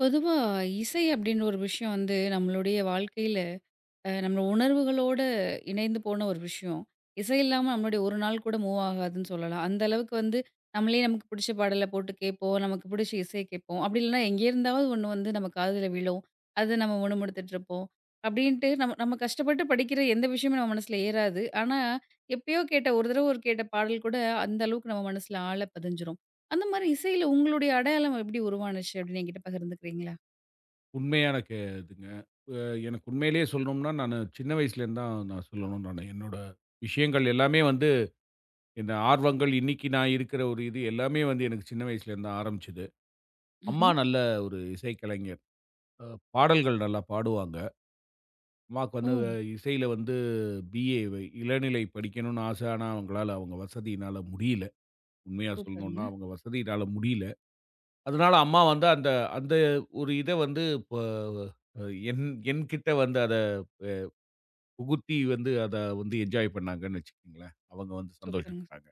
பொதுவா இசை அப்படின்ற ஒரு விஷயம் வந்து நம்மளுடைய வாழ்க்கையில நம்ம உணர்வுகளோட இணைந்து போன ஒரு விஷயம். இசை இல்லாம நம்மளுடைய ஒரு நாள் கூட மூவ் ஆகாதுன்னு சொல்லலாம். அந்த அளவுக்கு வந்து நம்மளே நமக்கு பிடிச்ச பாடல போட்டு கேட்போம். நமக்கு பிடிச்ச இசைய கேட்போம். அப்படி இல்லைன்னா எங்கே இருந்தாவது ஒண்ணு வந்து நம்ம காதுல விழும். அத நம்ம முணுமுணுத்துட்டு இருப்போம். அப்படின்ட்டு நம்ம நம்ம கஷ்டப்பட்டு படிக்கிற எந்த விஷயமும் நம்ம மனசுல ஏறாது. ஆனா எப்பயோ கேட்ட ஒரு தடவை ஒரு கேட்ட பாடல் கூட அந்த அளவுக்கு நம்ம மனசுல ஆழ பதிஞ்சிரும். அந்த மாதிரி இசையில உங்களுடைய அடையாளம் எப்படி உருவானுச்சு அப்படின்னு என்கிட்ட பகிர்ந்துக்கிறீங்களா? உண்மையான கே இதுங்க. அ எனக்கு உண்மையிலேயே சொல்லணும்னா, நானு சின்ன வயசுலேருந்து தான் நான் சொல்லணும் நானு. என்னோட விஷயங்கள் எல்லாமே வந்து இந்த ஆர்வங்கள், இன்னைக்கு நான் இருக்கிற ஒரு இது எல்லாமே வந்து எனக்கு சின்ன வயசுலேருந்து தான் ஆரம்பிச்சது. அம்மா ம்ஹ்ம். நல்ல ஒரு இசைக்கலைஞர். அ பாடல்கள் நல்லா பாடுவாங்க. அம்மாவுக்கு ஓ! வந்து இசையில வந்து பிஏ இளநிலை படிக்கணும்னு ஆசை. ஆனா, அவங்களால அவங்க வசதியினால முடியல. உண்மையா சூப்பருங்க, சொல்லணும்னா, அவங்க வசதியினால முடியல. அதனால அம்மா வந்து அந்த அந்த ஒரு இத வந்து ப என் என்கிட்ட வந்து புகுத்தி வந்து அத வந்து என்ஜாய் பண்ணாங்கன்னு வச்சுக்கங்களேன். அவங்க வந்து சூப்பருங்க, சந்தோஷப்பட்டாங்க.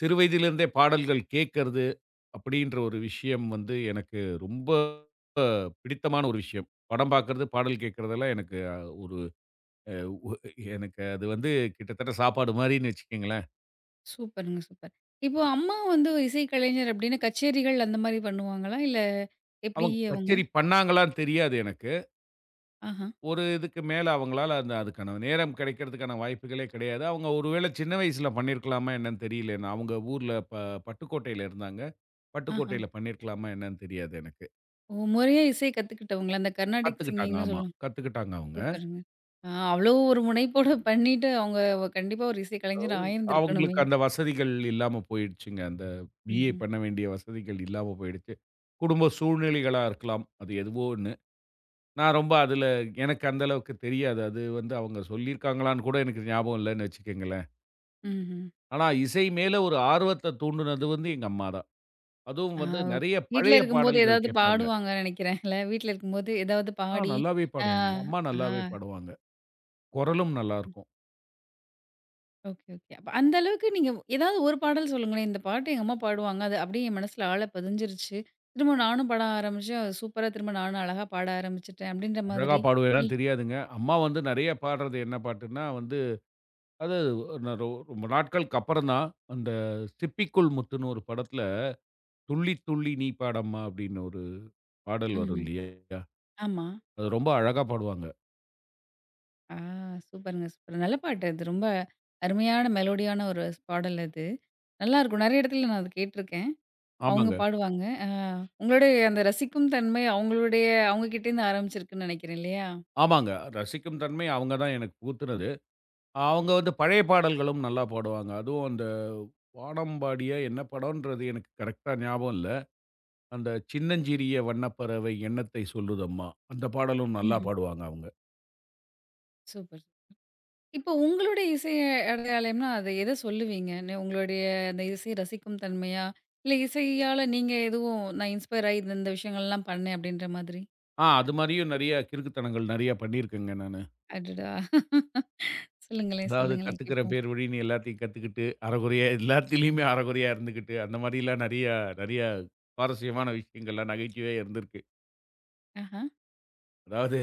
சிறு வயதிலிருந்தே பாடல்கள் கேட்கறது அப்படின்ற ஒரு விஷயம் வந்து எனக்கு ரொம்ப பிடித்தமான ஒரு விஷயம். படம் பார்க்கறது, பாடல் கேட்கறதெல்லாம் எனக்கு அ ஒரு அ ஒ எனக்கு அது வந்து கிட்டத்தட்ட சாப்பாடு மாரின்னு வச்சுக்கங்களேன். சூப்பருங்க, சூப்பர். இப்போ அம்மா வந்து இசை கலைஞர் அப்டின்னா கச்சேரிகள் அந்த மாரி பண்ணுவாங்களா? இல்ல எப்டி அவங்க அவங்க? கச்சேரி பண்ணாங்களான்னு தெரியாது எனக்கு. ஆஹா, ஒரு இதுக்கு மேல அவங்களால அந்த அதுக்கான நேரம் கிடைக்கிறதுக்கான வாய்ப்புகளே கிடையாது. அவங்க ஒருவேள சின்ன வயசுல பண்ணியிருக்கலாமா என்னன்னு தெரியல. நான் அவங்க ஊர்ல பட்டுக்கோட்டையில இருந்தாங்க. ஆஹா. பட்டுக்கோட்டையில பண்ணியிருக்கலாமா என்னன்னு தெரியாது எனக்கு. ஓ! முறையா இசை கத்துக்கிட்டவங்களா? அந்த கர்நாடிக் கத்துக்கிட்டாங்க. சிங்கிங்ன்னு ஆமா. சொல்லுவாங்க. கத்துக்கிட்டாங்க அவங்க. சூப்பருங்க. ஆ அவ்ளோ ஒரு முனைப்போட பண்ணிட்டு அவங்க கண்டிப்பா ஒரு இசை கலைஞர் ஆயிருந்திருக்கணுமே. அவங்களுக்கு அந்த வசதிகள் இல்லாம போயிடுச்சுங்க. அந்த பிஏ ம்ஹ்ம், பண்ண வேண்டிய வசதிகள் இல்லாம போயிடுச்சு. குடும்ப சூழ்நிலைகளா இருக்கலாம். அது எதுவோ ஒண்ணு. நான் ரொம்ப அதுல எனக்கு அந்த அளவுக்கு தெரியாது. அது வந்து அவங்க சொல்லியிருக்காங்களான்னு கூட எனக்கு ஞாபகம் இல்லன்னு வச்சுக்கங்களேன். ம்ஹ்ம். ஆனா, இசை மேல ஒரு ஆர்வத்த தூண்டுனது வந்து எங்க அம்மா தான். அதுவும் ஆ வந்து நெறைய வீட்ல பழைய இருக்கும்போது பாடல்கள் ஏதாவது கேட்பாங்க. பாடுவாங்கன்னு நெனைக்கிறேன்ல. வீட்ல இருக்கும்போது ஏதாவது ஆ பாடி, நல்லாவே ஆ, பாடுவாங்க. அம்மா ஆ. நல்லாவே பாடுவாங்க. குரலும் நல்லாருக்கும். Okay, okay. அப்ப அந்த அளவுக்கு நீங்க ஏதாவது ஒரு பாடல் சொல்லுங்களேன். இந்த பாட்டு எங்க அம்மா பாடுவாங்க. அது அப்படியே என் மனசுல ஆழ பதிஞ்சிருச்சு. திரும்ப நானும் பாட ஆரம்பிச்சேன். அது சூப்பரா திரும்ப நானும் அழகா பாட ஆரம்பிச்சுட்டேன். அப்படின்ற அழகா மாதிரி இ பாடுவேனான்னு தெரியாதுங்க. அம்மா வந்து நெறைய பாடுறது என்ன பாட்டுன்னா வந்து, அது நா ரொ ரொம்ப நாட்களுக்கு அப்புறம் தான், அந்த சிப்பிக்குள் முத்துன்னு ஒரு படத்துல, "துள்ளி துள்ளி நீ பாடம்மா" அப்படின்னு ஒரு பாடல் வரும் ம்ஹ்ம். இல்லையா? ஆமா. அது ரொம்ப அழகா பாடுவாங்க. ஆ சூப்பருங்க, சூப்பர். நல்ல பாட்டு அது. ரொம்ப அருமையான மெலோடியான ஒரு பாடல் அது. நல்லாயிருக்கும். நெறைய இடத்துல நான் அது கேட்டுருக்கேன். அவங்க ஆமாங்க, பாடுவாங்க. ஆ உங்களுடைய அந்த ரசிக்கும் தன்மை அவங்க கிட்டேருந்து ஆரம்பிச்சிருக்குன்னு நெனைக்கிறேன் இல்லையா? ஆமாங்க. ரசிக்கும் தன்மை அவங்க தான் எனக்கு புகுத்துனது. அவங்க வந்து பழைய பாடல்களும் நல்லா பாடுவாங்க. அதுவும் அந்த வானம்பாடிய என்ன படம்ன்றது எனக்கு கரெக்ட்டா ஞாபகம் இல்ல. அந்த "சின்னஞ்சிறிய வண்ணப்பறவை எண்ணத்தை சொல்லுதம்மா" அந்த பாடலும் நல்லா ம்ஹ்ம். பாடுவாங்க அவங்க. சூப்பர். இப்போ உங்களுடைய இசை அடையாளம்னா, அது எத சொல்லுவீங்க? உங்களுடைய அந்த இசை ரசிக்கும் தன்மையா? இல்ல இசையால நீங்க எதுவும் நான் இன்ஸ்பயர் ஆயி இந்த இந்த விஷயங்கள்லாம் பண்ணேன் அப்படின்ற மாதிரி? ஆ அது மாரியும் நெறைய கிறுக்குத்தனங்கள் நெறைய பண்ணியிருக்கேங்க நானு. அடடா! சொல்லுங்களேன், அதாவது சொல்லுங்களேன் கத்துக்கிறேன் கேட்போம். பேர் வழின்னு எல்லாத்தையும் கத்துக்கிட்டு, அரைகுறையா எல்லாத்திலயுமே அரைகுறையா இருந்துக்கிட்டு, அந்த மாரிலாம் நெறைய நெறைய சுவாரஸ்யமான விஷயங்கள்லாம் நகைச்சுவையா இருந்திருக்கு. ஆஹா. அதாவது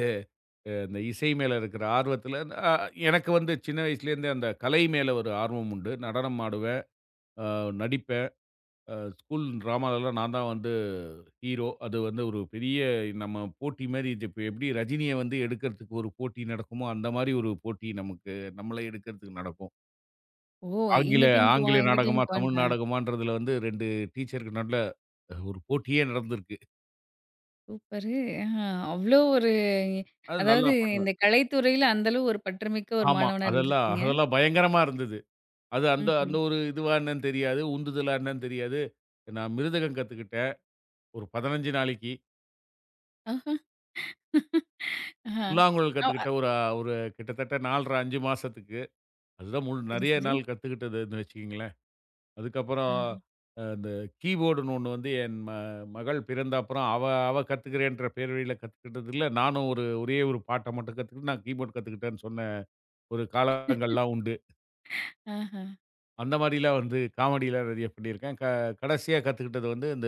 இந்த இசை மேல இருக்கிற ஆர்வத்தில, அ எனக்கு வந்து சின்ன வயசுலேருந்தே அந்த கலை மேல ஒரு ஆர்வம் உண்டு. நடனம் ஆடுவேன், அ நடிப்பேன். ஸ்கூல் ட்ராமாலலாம் நான் தான் வந்து ஹீரோ. அது வந்து ஒரு பெரிய நம்ம போட்டி மாரி இது இப்ப எப்படி ரஜினிய வந்து எடுக்கிறதுக்கு ஒரு போட்டி நடக்குமோ, அந்த மாரி ஒரு போட்டி நமக்கு நம்மள எடுக்கிறதுக்கு நடக்கும். ஓ! எங்க ஆங்கில டீமுக்கு வா, ஆங்கில எங்க நாடகமா, டீமுக்கு தமிழ் வான்ட்டா. நாடகமான்றதுல வந்து 2 டீச்சருக்கு நடுல ஒரு போட்டியே நடந்திருக்கு. சூப்பரு. ஆஹா. அவ்ளோ ஒரு அது நல்லா அதாவது இந்த பண்ணுவேன். கலைத்துறையில அந்த அளவு ஒரு பற்றுமிக்க ஒரு ஆமா. மாணவனா அதெல்லாம் இருந்திருக்கீங்க. அதெல்லாம் பயங்கரமா இருந்தது. அது அந்த ம்ஹ்ம். அந்த ஒரு இதுவா என்னன்னு தெரியாது. உந்துதலா என்னன்னு தெரியாது. நான் மிருதகம் கத்துக்கிட்டேன். ஒரு 15 நாளைக்கு. ஆஹா. ஆஹா. புல்லாங்குழல் ஓ! கத்துக்கிட்டேன். ஒரு ஒரு கிட்டத்தட்ட 4½, 5 மாசத்துக்கு. அதுதான் முழு சரி, நெறைய சரி. நாள் கத்துக்கிட்டதுன்னு வச்சுக்கங்களேன். அதுக்கப்புறம் ஆஹா. இந்த கீபோர்டுன்னு ஒண்ணு வந்து என் ம மகள் பிறந்த அப்புறம் அவ அவ கத்துக்கிறேன்ற பேர்வையில கத்துக்கிட்டதில, நானும் ஒரே ஒரு பாட்ட மட்டும் கத்துக்கிட்டு, நான் கீபோர்ட் கத்துக்கிட்டேன்னு சொன்ன ஒரு காலங்கள்லாம் உண்டு. ஆஹா. அந்த மாரிலாம் வந்து காமெடிலாம் நெறைய பண்ணியிருக்கேன். கடைசியா கத்துக்கிட்டது வந்து இந்த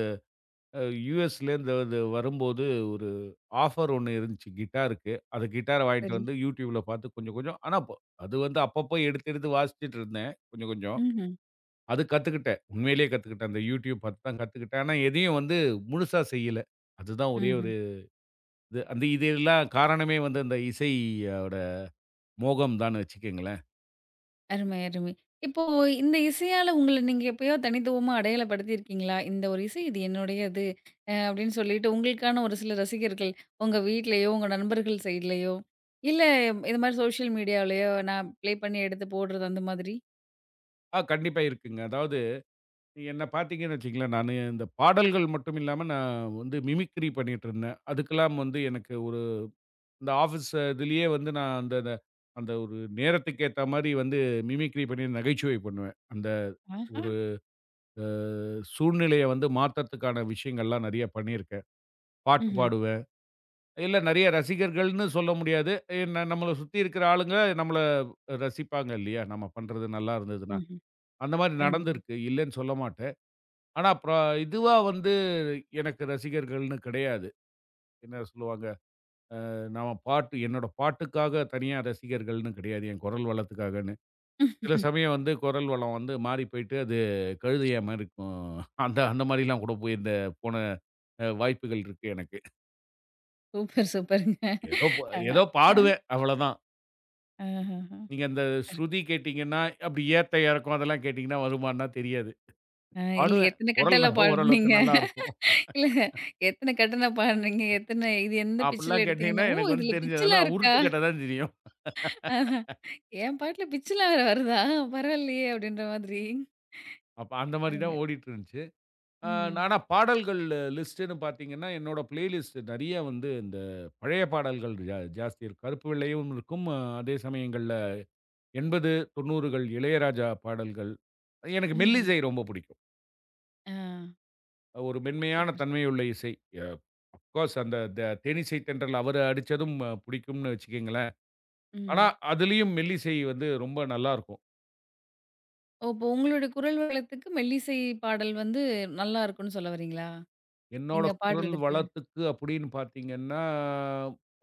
யுஎஸ்லேருந்து அது வரும்போது ஒரு ஆஃபர் ஒண்ணு இருந்துச்சு கிட்டாருக்கு. அது கிட்டார வாங்கிட்டு சரி. வந்து யூடியூப்ல பார்த்து கொஞ்சம் கொஞ்சம் ஆனா அது வந்து அப்பப்போ எடுத்து எடுத்து வாசிச்சுட்டு இருந்தேன் கொஞ்சம் கொஞ்சம். ம்ஹ்ம். அது கத்துக்கிட்டேன். உண்மையிலேயே கத்துக்கிட்டேன். அந்த யூடியூப் பார்த்து தான் கத்துக்கிட்டேன். ஆனா எதையும் வந்து முழுசா செய்யல. அதுதான் ஒரே ம்ஹ்ம். ஒரு இது. அந்த இது எல்லாம் காரணமே வந்து அந்த இசையோட மோகம் தான்னு வச்சுக்கங்களேன். அருமை, அருமை. இப்போ இந்த இசையால உங்கள நீங்க எப்பயோ தனித்துவமா அடையாளப்படுத்தியிருக்கீங்களா? இந்த ஒரு இசை இது என்னுடையது அப்படின்னு சொல்லிட்டு உங்களுக்கான ஒரு சில ரசிகர்கள், உங்க வீட்லயோ, உங்க நண்பர்கள் சைட்லயோ, இல்ல இது மாரி சோஷியல் மீடியாலயோ நான் ப்ளே பண்ணி எடுத்து போடுறது அந்த மாதிரி? ஆ கண்டிப்பா இருக்குங்க. அதாவது என்ன பார்த்தீங்கன்னு வச்சுக்கங்களேன், நானு இந்த பாடல்கள் மட்டும் இல்லாம நான் வந்து மிமிக்ரி பண்ணிட்டு இருந்தேன். அதுக்கெல்லாம் வந்து எனக்கு ஒரு இந்த ஆஃபீஸ் இதுலயே வந்து நான் அந்த அந்த அந்த ஒரு நேரத்துக்கு ஏத்த மாரி வந்து மிமிக்ரி பண்ணி நகைச்சுவை பண்ணுவேன். அந்த ஆஹா. ஒரு அ சூழ்நிலைய வந்து மாத்தறதுக்கான விஷயங்கள்லாம் நெறைய பண்ணியிருக்கேன். பாட்டு ம்ஹ்ம். பாடுவேன். இல்ல நெறைய ரசிகர்கள்ன்னு சொல்ல முடியாது. என்ன நம்மள சுத்தி இருக்கிற ஆளுங்க நம்மள ரசிப்பாங்க இல்லையா? நம்ம பண்றது நல்லா இருந்ததுன்னா. ம்ஹ்ம். அந்த மாரி அருமையா. நடந்திருக்கு. இல்லன்னு சொல்ல மாட்டேன். ஆனா, அப்புறம் இதுவா வந்து எனக்கு ரசிகர்கள்ன்னு கிடையாது. என்ன சொல்லுவாங்க? நாம பாட்டு என்னோட பாட்டுக்காக தனியா ரசிகர்கள்ன்னு கிடையாது. என் குரல் வளத்துக்காகன்னு. சில சமயம் வந்து குரல் வளம் வந்து மாறி போயிட்டு, அது கழுதையா மாரி இருக்கும். அந்த அந்த மாரிலாம் கூட போய் இந்த போன வாய்ப்புகள் இருக்கு எனக்கு. சூப்பர், சூப்பருங்க. ஏதோ ப அ, ஏதோ அ, பாடுவேன் அவ்வளதான். ஆஹஹ. நீங்க அந்த ஸ்ருதி கேட்டீங்கன்னா, அப்படி ஏத்த இறக்கம் அதெல்லாம் கேட்டீங்கன்னா வருமான்னா தெரியாது. இல்ல பாடுவேன். எத்தன குரல் கட்டல ஓரளவுக்கு பாடுனீங்க? நல்லாருக்கும். இல்ல எத்தன கட்டன பாடுனீங்க? எத்தன இது எந்த பிட்ச்ல அப்படிலாம் எடுத்தீங்கன்னா, கேட்டீங்கன்னா, "ஓ! எனக்கு இதுல வந்து பிட்ச்லாம் தெரிஞ்சதெல்லாம் இருக்கா? உருட்டு கட்ட தான் தெரியும். ஆஹா. என் பாட்டுல பிட்ச்லாம் வேற வருதா? பரவாயில்லையே!" அப்படின்ற மாதிரி. அப்ப அந்த மாரி அருமை. தான் ஓடிட்டு இருந்துச்சு. ஆ ம். ஆனா பாடல்கள் லிஸ்ட்டுன்னு பார்த்தீங்கன்னா, என்னோட பிளேலிஸ்ட் நெறைய வந்து இந்த பழைய பாடல்கள் ஜாஸ்தி இருக்கும். கருப்பு வெள்ளையும் இருக்கும். அதே சமயங்கள்ல 80, 90கள் இளையராஜா பாடல்கள். எனக்கு ம்ஹ்ம். மெல்லிசை ரொம்ப பிடிக்கும். ஆ. ஒரு மென்மையான சூப்பர். தன்மையுள்ள இசை. அ அஃப் கோர்ஸ் அந்த தேனிசை தென்றல் அவரு அடிச்சதும் பிடிக்கும்னு வச்சுக்கங்களேன். ஆனா, ம். அதுலயும் மெல்லிசை வந்து ரொம்ப நல்லாருக்கும். ஓ! இப்போ உங்களுடைய குரல் வளத்துக்கு மெல்லிசை பாடல் வந்து நல்லா இருக்கும்னு சொல்ல வரீங்களா? என்னோட நீங்க குரல் பாடுறதுக்கு? வளத்துக்கு அப்படின்னு பார்த்தீங்கன்னா,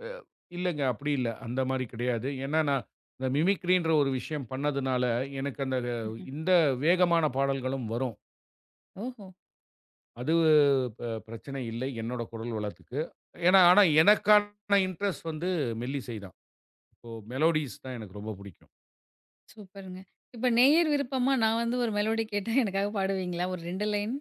அ இல்லங்க. அப்படி இல்ல. அந்த மாரி கிடையாது. ஏன்னா, நான் இந்த மிமிக்ரின்ற ஒரு விஷயம் பண்ணதுனால, எனக்கு அந்த ம்ஹ்ம். இந்த வேகமான பாடல்களும் வரும். ஓஹோ! அது ப பிரச்சனை இல்லை, என்னோட குரல் வளத்துக்கு. ஏன்னா, ஆனா எனக்கான இன்ட்ரெஸ்ட் வந்து மெல்லிசை தான். இப்போ மெலோடிஸ் தான் எனக்கு ரொம்ப புடிக்கும். சூப்பருங்க. இப்ப நேயர் விருப்பமா நான் வந்து ஒரு மெலோடி கேட்டா எனக்காக பாடுவீங்களா? ஒரு 2 லைன்?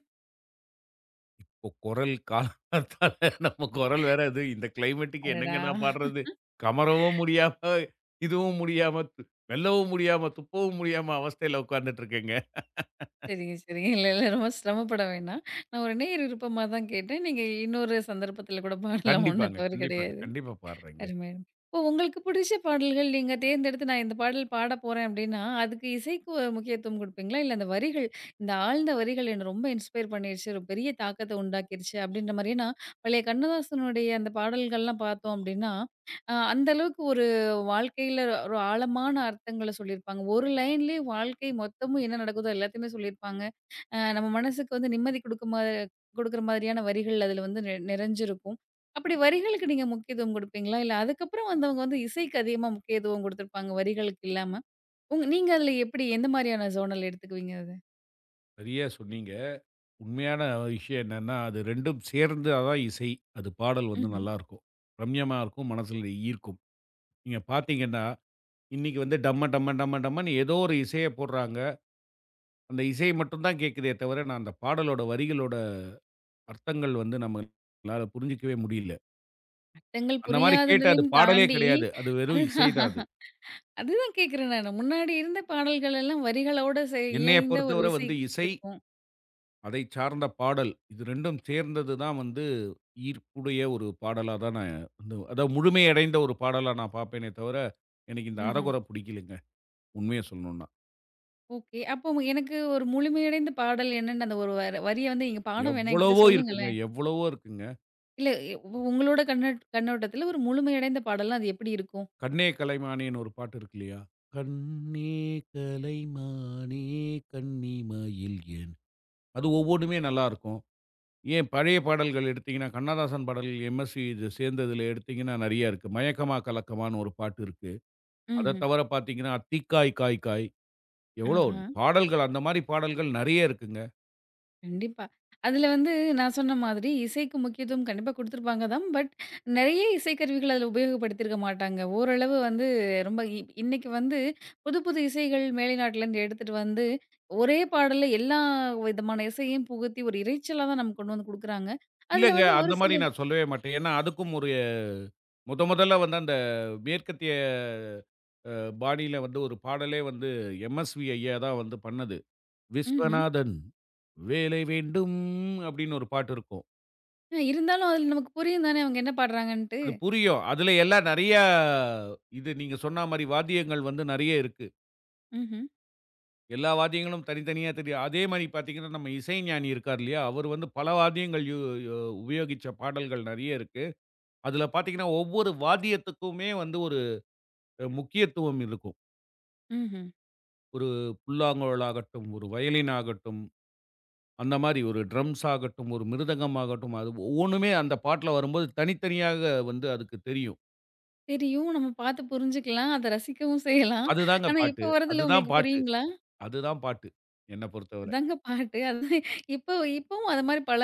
இப்போ குரல் காலத்தால நம்ம குரல் வேற அது. இந்த கிளைமேட்டுக்கு அடடா! என்னங்க நான் பாடுறது? கமறவும் முடியாம, இதுவும் முடியாம, மெல்லவும் முடியாம, துப்பவும் முடியாம அவஸ்தையில உட்கார்ந்துட்டு இருக்கேங்க. சரிங்க, சரிங்க. இல்ல, இல்ல. ரொம்ப சிரமப்பட வேணாம். நான் ஒரு நேயர் விருப்பமா தான் கேட்டேன். நீங்க இன்னொரு சந்தர்ப்பத்தில கூட பாடலாம். ஒண்ணும் கண்டிப்பாங்க, தவறு கண்டிப்பாங்க. கிடையாது. கண்டிப்பா பாடுறேங்க. அருமை, அருமை. இப்போ உங்களுக்கு பிடிச்ச பாடல்கள் நீங்க தேர்ந்தெடுத்து நான் இந்த பாடல் பாட போறேன் அப்படின்னா, அதுக்கு இசைக்கு முக்கியத்துவம் குடுப்பீங்களா? இல்ல அந்த வரிகள், இந்த ஆழ்ந்த வரிகள் என்ன ரொம்ப இன்ஸ்பயர் பண்ணிருச்சு, ஒரு பெரிய தாக்கத்த உண்டாக்கிருச்சு அப்படின்ற மாரி ஏன்னா, பழைய கண்ணதாசனுடைய அந்த பாடல்கள்லாம் பார்த்தோம் அப்படின்னா, அந்த அளவுக்கு ஒரு வாழ்க்கையில ஒரு ஆழமான அர்த்தங்கள சொல்லியிருப்பாங்க. ஒரு லைன்லேயே வாழ்க்கை மொத்தமும் என்ன நடக்குதோ எல்லாத்தையுமே சொல்லியிருப்பாங்க. நம்ம மனசுக்கு வந்து நிம்மதி குடுக்குமா மாதிரியான வரிகள் அதில வந்து நிறைஞ்சிருக்கும். அப்படி வரிகளுக்கு நீங்க முக்கியத்துவம் குடுப்பீங்களா? இல்ல அதுக்கப்புறம் வந்தவங்க வந்து இசைக்கு அதிகமா முக்கியத்துவம் குடுத்துருப்பாங்க, வரிகளுக்கு இல்லாம. நீங்க அதுல எப்படி எந்த மாரியான ஜோனல் எடுத்துக்குவீங்க அத? சரியா சொன்னீங்க. உண்மையான விஷயம் என்னன்னா, அது 2ம் சேர்ந்தா தான் இசை. அது பாடல் வந்து ம்ஹ்ம். நல்லாருக்கும். ரம்யமா இருக்கும். மனசுல ஈர்க்கும். நீங்க பார்த்தீங்கன்னா, இன்னைக்கு வந்து டம்ம டம்ம டம்ம டம்மன்னு ஏதோ ஒரு இசைய போடுறாங்க. அந்த இசை மட்டும் தான் கேட்குதே தவிர, நான் அந்த பாடலோட வரிகளோட அர்த்தங்கள் வந்து நம்மளால புரிஞ்சுக்கவே முடியல. அர்த்தங்கள் அந்த மாரி கேட்டு அது புரியாதுன்றதையும் பாடலே தாண்டி கிடையாது. அது வெறும் இசை அதுதான் தான் அது. அதுதான் கேட்கிறேன் நானு. முன்னாடி இருந்த பாடல்கள் எல்லாம் வரிகளோட என்னைய இயைந்த ஒரு பொறுத்தவரை இசை வந்து இசை, இருக்கும். அதை சார்ந்த பாடல் இது 2ம் சேர்ந்தது தான் வந்து ஈர்ப்புடைய ஒரு பாடலா தான் நான் வந்து அதாவது முழுமையடைந்த ஒரு பாடலா நான் பார்ப்பேனே தவிர, எனக்கு இந்த ம்ஹ்ம். அரைகுறை பிடிக்கலைங்க. உண்மைய சொல்லணும்னா. ஓகே. அப்போ உங்க- எனக்கு ஒரு முழுமையடைந்த பாடல் என்னன்னு அந்த ஒரு வரிய வந்து நீங்க பாட வேணாம் என்கிட்ட எவ்வளவோ இருக்குங்க, சொல்லுங்களேன். எவ்வளவோ இருக்குங்க. இல்ல உங்களோட கண்ணோட்டத்துல ஒரு முழுமையடைந்த பாடல்னா அது எப்படி இருக்கும்? "கண்ணே கலைமானேன்னு" ஒரு பாட்டு இருக்கு இல்லையா? "கண்ணே கலைமானே கண்ணிமையில் என்" அது ஒவ்வொன்னுமே நல்லாருக்கும். ஏன் பழைய பாடல்கள் எடுத்தீங்கன்னா, கண்ணதாசன் பாடல்கள் எம்எஸ்வி இது சேர்ந்ததுல எடுத்தீங்கன்னா நெறையா இருக்கு. மயக்கமா கலக்கமான்னு ஒரு பாட்டு இருக்கு. அத ம்ஹ்ம். தவிர பார்த்தீங்கன்னா, தீக்காய் காய் காய் எவ்வளோ ஆஹா. பாடல்கள் அந்த மாரி பாடல்கள் நெறைய இருக்குங்க. கண்டிப்பா. அதுல வந்து நான் சொன்ன மாதிரி இசைக்கு முக்கியத்துவம் கண்டிப்பா குடுத்துருப்பாங்க தான். நெறைய இசைக்கருவிகள் அதுல உபயோகப்படுத்தியிருக்க மாட்டாங்க. ஓரளவு வந்து ரொம்ப இன்னைக்கு வந்து புது புது இசைகள் மேலை நாட்டிலேருந்து எடுத்துட்டு வந்து ஒரே பாடல்ல எல்லா விதமான இசையும் புகுத்தி ஒரு இரைச்சலா தான் நமக்கு கொண்டு வந்து குடுக்குறாங்க. அதுல இல்லங்க வந்து ஒரு அந்த சில மாரி நான் சொல்லவே மாட்டேன். ஏன்னா அதுக்கும் ஒரு முதல்ல வந்து அந்த மேற்கத்திய அ பாணியில வந்து ஒரு பாடலே வந்து எம்எஸ்வி ஐயா தான் வந்து பண்ணது. ம்ஹ்ம். விஸ்வநாதன் வேலை வேண்டும் அப்படின்னு ஒரு பாட்டு இருக்கும். இருந்தாலும் அதுல நமக்கு புரியும் தானே அவங்க என்ன பாடுறாங்கன்ட்டு. அது புரியும். அதுல எல்லாம் நெறையா இது நீங்க சொன்னா மாரி வாத்தியங்கள் வந்து நெறைய இருக்கு. ம்ஹ்ம், எல்லா வாத்தியங்களும் தனித்தனியா தெரியும். அதே மாரி பார்த்தீங்கன்னா, நம்ம இசைஞானி இருக்கார் இல்லையா? அவரு வந்து பல வாத்தியங்கள் யு யு உபயோகிச்ச பாடல்கள் நெறைய இருக்கு. அதுல பார்த்தீங்கன்னா, ஒவ்வொரு வாத்தியத்துக்குமே வந்து ஒரு முக்கியத்துவம் இருக்கும். ம்ஹ்ம். ஒரு புல்லாங்குழல் ஆகட்டும், ஒரு வயலின் ஆகட்டும், அந்த மாரி ஒரு ட்ரம்ஸ் ஆகட்டும், ஒரு மிருதங்கம் ஆகட்டும், அது ஒவ்வொன்னுமே அந்த பாட்டுல வரும்போது தனித்தனியாக வந்து அதுக்கு தெரியும். தெரியும். நம்ம பார்த்து புரிஞ்சுக்கலாம். அத ரசிக்கவும் செய்யலாம். அதுதாங்க ஆனா இப்ப பாட்டு. வரதுல அதுதான் உங்களுக்கு பாட்டு. புரியுங்களா? அதுதான் பாட்டு. என்ன பொறுத்தவர. அதாங்க பாட்டு. அதான் இப்போ இப்பவும் அது மாரி பல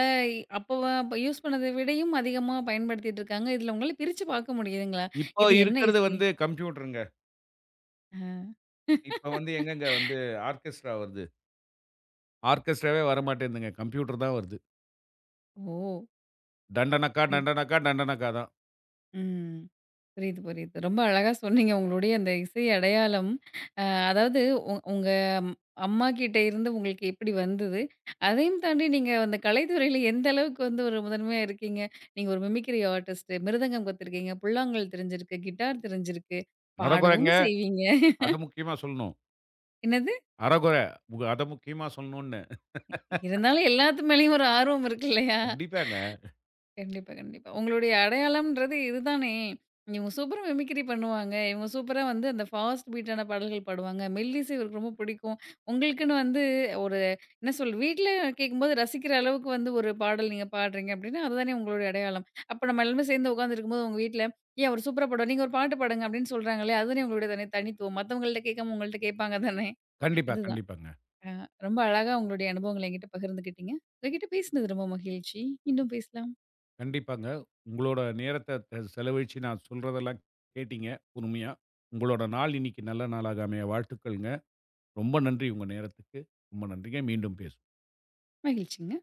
அப்ப அப்ப யூஸ் பண்ணத விடையும் அதிகமா பயன்படுத்திட்டு இருக்காங்க. இதுல உங்களால பிரிச்சு பார்க்க முடியுதுங்களா? இப்போ இது என்ன இருக்கிறது இசை? வந்து கம்ப்யூட்டருங்க. ஆ. இப்ப வந்து எங்கங்க வந்து ஆர்கெஸ்ட்ரா வருது. ஆர்கெஸ்ட்ராவே வரமாட்டேன்துங்க. கம்ப்யூட்டர் தான் வருது. ஓ! டண்டனக்கா, டண்டனக்கா, டண்டனக்கா தான். ம். புரியுது, புரியுது. ரொம்ப அழகா சொன்னீங்க. உங்களுடைய அந்த இசை அடையாளம், அ அதாவது உங்க அம்- அம்மா கிட்ட இருந்து உங்களுக்கு எப்படி வந்தது? அதையும் தாண்டி நீங்க அந்த கலைத்துறையில எந்த அளவுக்கு வந்து ஒரு முதன்மையா இருக்கீங்க. நீங்க ஒரு மிமிக்ரி ஆர்டிஸ்ட், மிருதங்கம் கத்துருக்கீங்க, புல்லாங்குழல் தெரிஞ்சிருக்கு, கிட்டார் தெரிஞ்சிருக்கு, அரகொரங்க. பாடவும் செய்வீங்க. அத முக்கியமா சொல்லணும். என்னது? அரகொர. உங்க அத முக்கியமா சொல்லணும்னு. இருந்தாலும் எல்லாத்து மேலயும் ஒரு ஆர்வம் இருக்கு இல்லையா? கண்டிப்பாங்க. கண்டிப்பா, கண்டிப்பா. உங்களுடைய அடையாளம்ன்றது இதுதானே! இவங்க சூப்பரா மிமிக்ரி பண்ணுவாங்க. இவங்க சூப்பரா வந்து அந்த ஃபாஸ்ட் பீட்டான பாடல்கள் பாடுவாங்க. மெல்லிசை இவருக்கு ரொம்ப பிடிக்கும். உங்களுக்குன்னு வந்து ஒரு என்ன சொல் வீட்ல கேட்கும்போது ரசிக்கிற அளவுக்கு வந்து ஒரு பாடல் நீங்க பாடுறீங்க அப்படின்னா, அதுதானே உங்களுடைய அடையாளம். அப்ப நம்ம எல்லாருமே சேர்ந்து உட்காந்துருக்கும்போது உங்க வீட்ல, "ஏன் அவரு சூப்பரா பாடுவாரு. நீங்க ஒரு பாட்டு பாடுங்க" அப்படின்னு சொல்றாங்களே, அதுதானே உங்களுடைய தனித்துவம். மத்தவங்கள்ட்ட கேட்காம உங்கள்ட்ட கேட்பாங்க தானே! கண்டிப்பா, அதுதான். கண்டிப்பாங்க. அ ரொம்ப அழகா உங்களுடைய அனுபவங்கள என்கிட்ட பகிர்ந்துக்கிட்டீங்க. உங்ககிட்ட பேசினது ரொம்ப மகிழ்ச்சி. மீண்டும் பேசலாம். கண்டிப்பாங்க. உங்களோட நேரத்த செலவழிச்சு நான் சொல்றதெல்லாம் கேட்டீங்க, பொறுமையா. உங்களோட நாள் இன்னைக்கு நல்ல நாளாக அமைய வாழ்த்துக்கள்ங்க. ரொம்ப நன்றி உங்க நேரத்துக்கு. ரொம்ப நன்றிங்க. மீண்டும் பேசுவோம். மகிழ்ச்சிங்க.